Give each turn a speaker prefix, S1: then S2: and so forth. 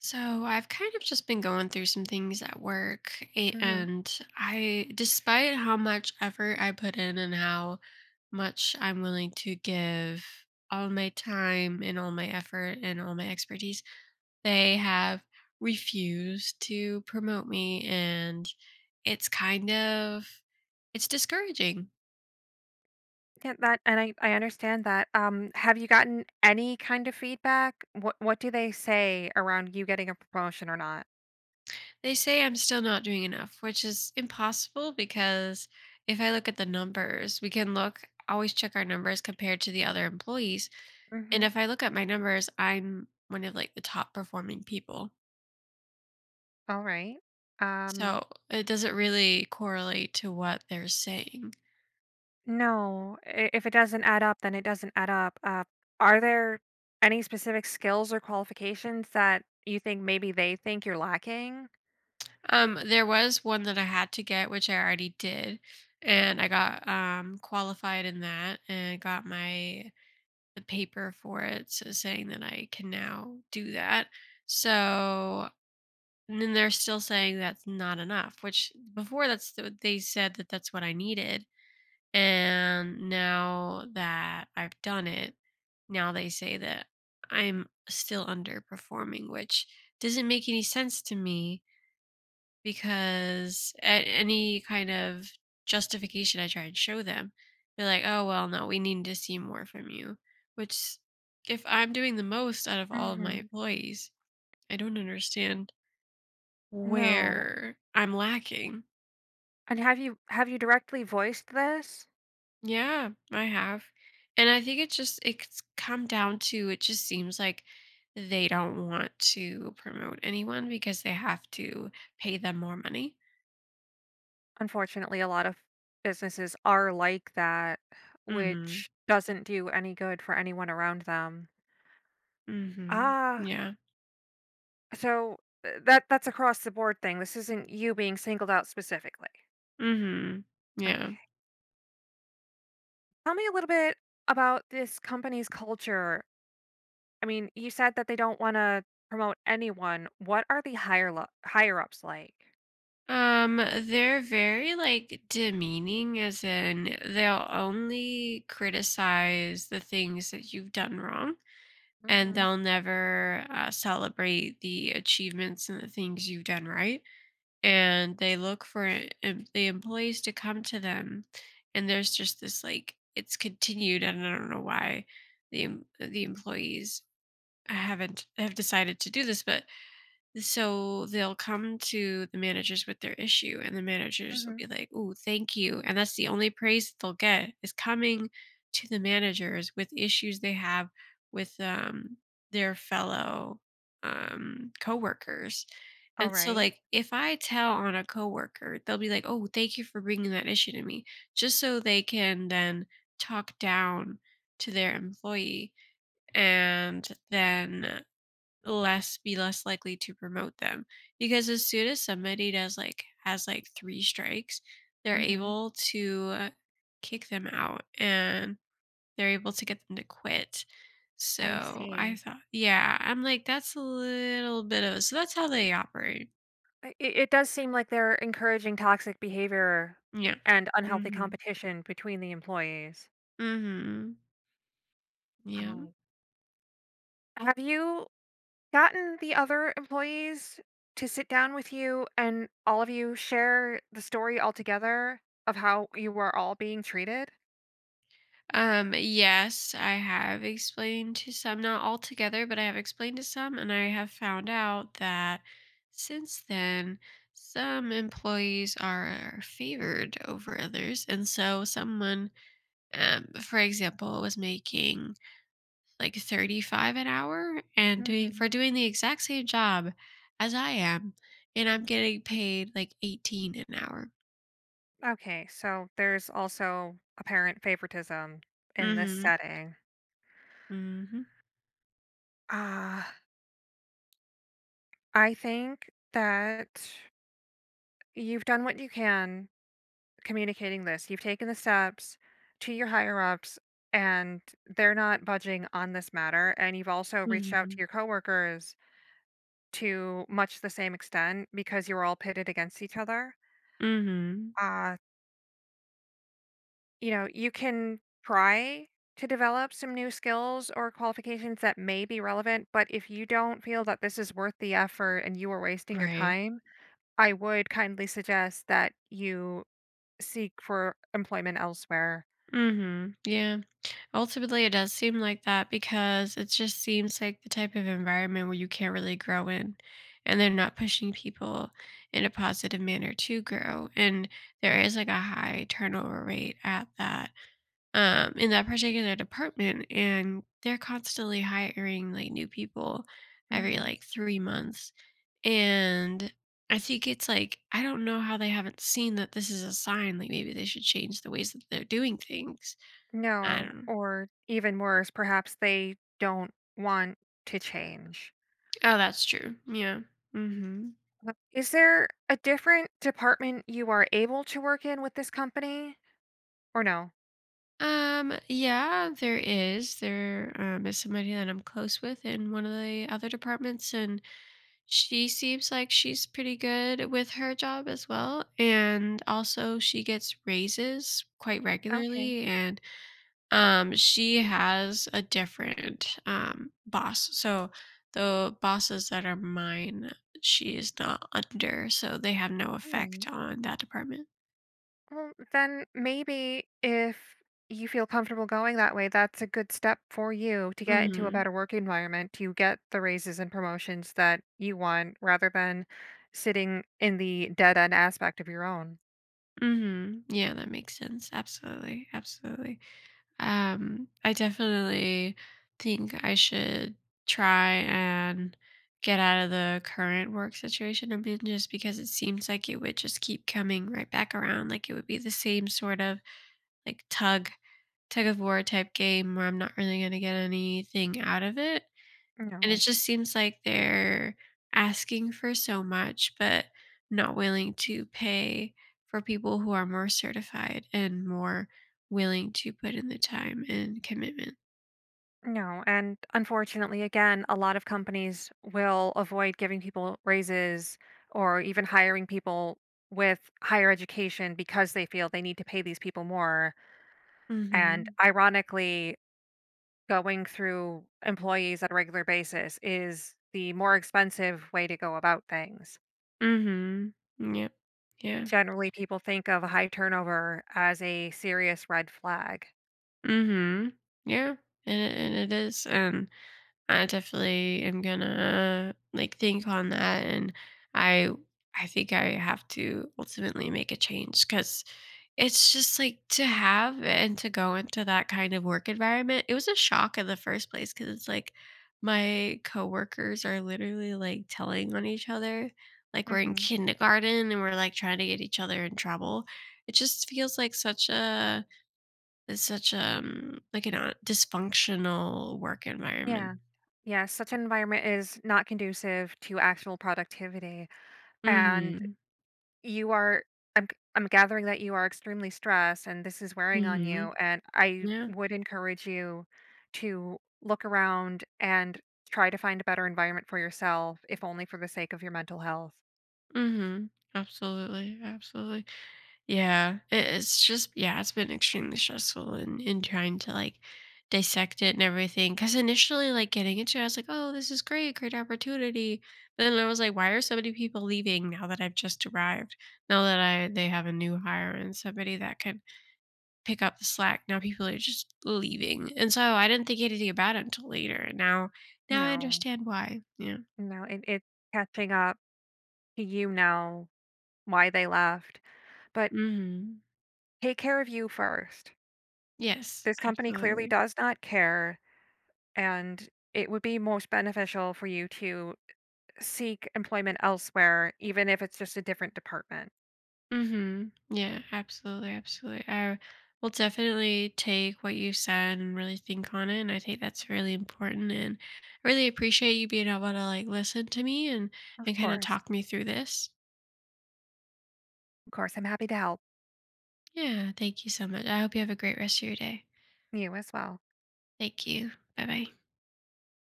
S1: So I've kind of just been going through some things at work, a-
S2: Mhm.
S1: and I, despite how much effort I put in and how much I'm willing to give all my time and all my effort and all my expertise, they have refused to promote me, and it's kind of it's discouraging.
S2: Yeah, that and I understand that. Have you gotten any kind of feedback? What do they say around you getting a promotion or not?
S1: They say I'm still not doing enough, which is impossible because if I look at the numbers, we can look, always check our numbers compared to the other employees. And
S2: Mm-hmm.
S1: if I look at my numbers, I'm one of like the top performing people.
S2: All right. Um,
S1: So it doesn't really correlate to what they're saying.
S2: no, if it doesn't add up, then it doesn't add up. Are there any specific skills or qualifications that you think maybe they think you're lacking?
S1: There was one that I had to get, which I already did, and I got qualified in that and got my the paper for it, so saying that I can now do that. So And then they're still saying that's not enough, which before they said that that's what I needed. And now that I've done it, now they say that I'm still underperforming, which doesn't make any sense to me because at any kind of justification I try and show them, they're like, "Oh, well, no, we need to see more from you." Which, if I'm doing the most out of all of my
S2: Mm-hmm.
S1: employees, I don't understand
S2: No.
S1: where I'm lacking.
S2: And have you directly voiced this?
S1: Yeah, I have. And I think it's come down to it just seems like they don't want to promote anyone because they have to pay them more money.
S2: Unfortunately, a lot of businesses are like that,
S1: Mhm.
S2: which doesn't do any good for anyone around them.
S1: Mhm.
S2: Ah,
S1: Yeah.
S2: so that that's across the board thing. This isn't you being singled out specifically.
S1: Mhm. Yeah.
S2: Okay. Tell me a little bit about this company's culture. I mean, you said that they don't want to promote anyone. What are the higher ups like?
S1: They're very like demeaning as in they'll only criticize the things that you've done wrong and
S2: Mhm.
S1: they'll never celebrate the achievements and the things you've done right. And they look for the employees to come to them, and there's just this like it's continued, and I don't know why the employees haven't have decided to do this, but so they'll come to the managers with their issue, and the managers will be
S2: Mhm.
S1: like, "Ooh, thank you." And that's the only praise that they'll get is coming to the managers with issues they have with their fellow coworkers.
S2: All
S1: And so,
S2: right.
S1: like, if I tell on a coworker, they'll be like, "Oh, thank you for bringing that issue to me," just so they can then talk down to their employee, and then less likely to promote them because as soon as somebody does like has like three strikes they're
S2: Mhm.
S1: able to kick them out and they're able to get them to quit.
S2: I
S1: So I
S2: see.
S1: thought, yeah, I'm like, that's a little bit of, so that's how they operate.
S2: I It it does seem like they're encouraging toxic behavior
S1: Yeah.
S2: and unhealthy
S1: Mm-hmm.
S2: competition between the employees.
S1: Mm-hmm. Yeah.
S2: Um, have you gotten the other employees to sit down with you and all of you share the story altogether of how you were all being treated?
S1: Yes, I have explained to some, not all together, but I have explained to some, and I have found out that since then, some employees are favored over others. And so, someone, for example, was making like 35 an hour and
S2: Mhm.
S1: doing the exact same job as I am, and I'm getting paid like 18 an hour.
S2: Okay, so there's also apparent favoritism in this
S1: Mm
S2: setting.
S1: hmm. Mm hmm.
S2: Ah, I think that you've done what you can communicating this. You've taken the steps to your higher ups and they're not budging on this matter. And you've also reached out to
S1: Mm
S2: your coworkers to much the same extent because you're all pitted against each other.
S1: hmm. Mm
S2: Uh, you know, you can try to develop some new skills or qualifications that may be relevant, but if you don't feel that this is worth the effort and you are
S1: hmm.
S2: wasting your
S1: Right.
S2: time, I would kindly suggest that you seek for employment elsewhere.
S1: Mhm. Yeah. Ultimately, it does seem like that because it just seems like the type of environment where you can't really grow in and they're not pushing people in a positive manner to grow, and there is like a high turnover rate at that in that particular department, and they're constantly hiring like new people every
S2: Mhm.
S1: like 3 months. And I think it's like I don't know how they haven't seen that this is a sign, like maybe they should change the ways that they're doing things. I don't
S2: No,
S1: know.
S2: or even worse, perhaps they don't want to change.
S1: Oh, that's true. Yeah. Mhm.
S2: Is there a different department you are able to work in with this company or no?
S1: Yeah, there is. There is somebody that I'm close with in one of the other departments, and she seems like she's pretty good with her job as well. And also, she gets raises quite
S2: Okay,
S1: regularly, and she has a different boss. So the bosses that are mine, she is not under, so they have no
S2: all
S1: effect
S2: right.
S1: on that department.
S2: Well, then maybe if you feel comfortable going that way, that's a good step for you to get into a
S1: Hmm.
S2: better work environment, to get the raises and promotions that you want rather than sitting in the dead end aspect of your own.
S1: Mhm. Yeah, that makes sense. Absolutely. Absolutely. I definitely think I should try and get out of the current work situation. I mean, just because it seems like it would just keep coming right back around. Like it would be the same sort of like tug of war type game where I'm not really going to get anything out of it. And it
S2: No.
S1: just seems like they're asking for so much, but not willing to pay for people who are more certified and more willing to put in the time and commitment.
S2: No, and unfortunately, again, a lot of companies will avoid giving people raises or even hiring people with higher education because they feel they need to pay these people more. And
S1: Mm-hmm.
S2: ironically, going through employees on a regular basis is the more expensive way to go about things.
S1: Mm-hmm. Yep. Yeah.
S2: Generally, people think of a high turnover as a serious red flag.
S1: Mm-hmm. Yeah. And it is. And I definitely am gonna like think on that. And I I think I have to ultimately make a change because it's just, like, to have and to go into that kind of work environment, it was a shock in the first place because it's, like, my coworkers are literally, like, telling on each other, like, we're in
S2: Hmm.
S1: kindergarten and we're, like, trying to get each other in trouble. It just feels like such a like, an a dysfunctional work environment.
S2: Yeah. Yeah. Such an environment is not conducive to actual productivity. And
S1: Mhm.
S2: You are I'm g I'm gathering that you are extremely stressed and this is wearing on
S1: Mhm.
S2: you, and I
S1: Yeah.
S2: would encourage you to look around and try to find a better environment for yourself, if only for the sake of your mental health.
S1: Mhm. Absolutely, absolutely. Yeah, it's just yeah, it's been extremely stressful and in trying to like dissect it and everything. Because initially, like getting into it, I was like, "Oh, this is great, opportunity." But then I was like, "Why are so many people leaving now that I've just arrived? Now that I they have a new hire and somebody that could pick up the slack? Now people are just leaving." And so I didn't think anything about it until later. And now I
S2: No,
S1: understand why. Yeah.
S2: no, it it's catching up to you now why they left, but
S1: Hmm.
S2: take care of you first.
S1: Yes,
S2: This company clearly
S1: absolutely.
S2: does not care, and it would be most beneficial for you to seek employment elsewhere, even if it's just a different department.
S1: Mhm. Yeah, absolutely, absolutely. I will definitely take what you said and really think on it, and I think that's really important. And I really appreciate you being able to like listen to me
S2: Of
S1: and kind of
S2: course.
S1: talk me through this.
S2: Of course. I'm happy to help
S1: Yeah, thank you so much. I hope you have a great rest of your day.
S2: you as well.
S1: Thank you. Bye bye.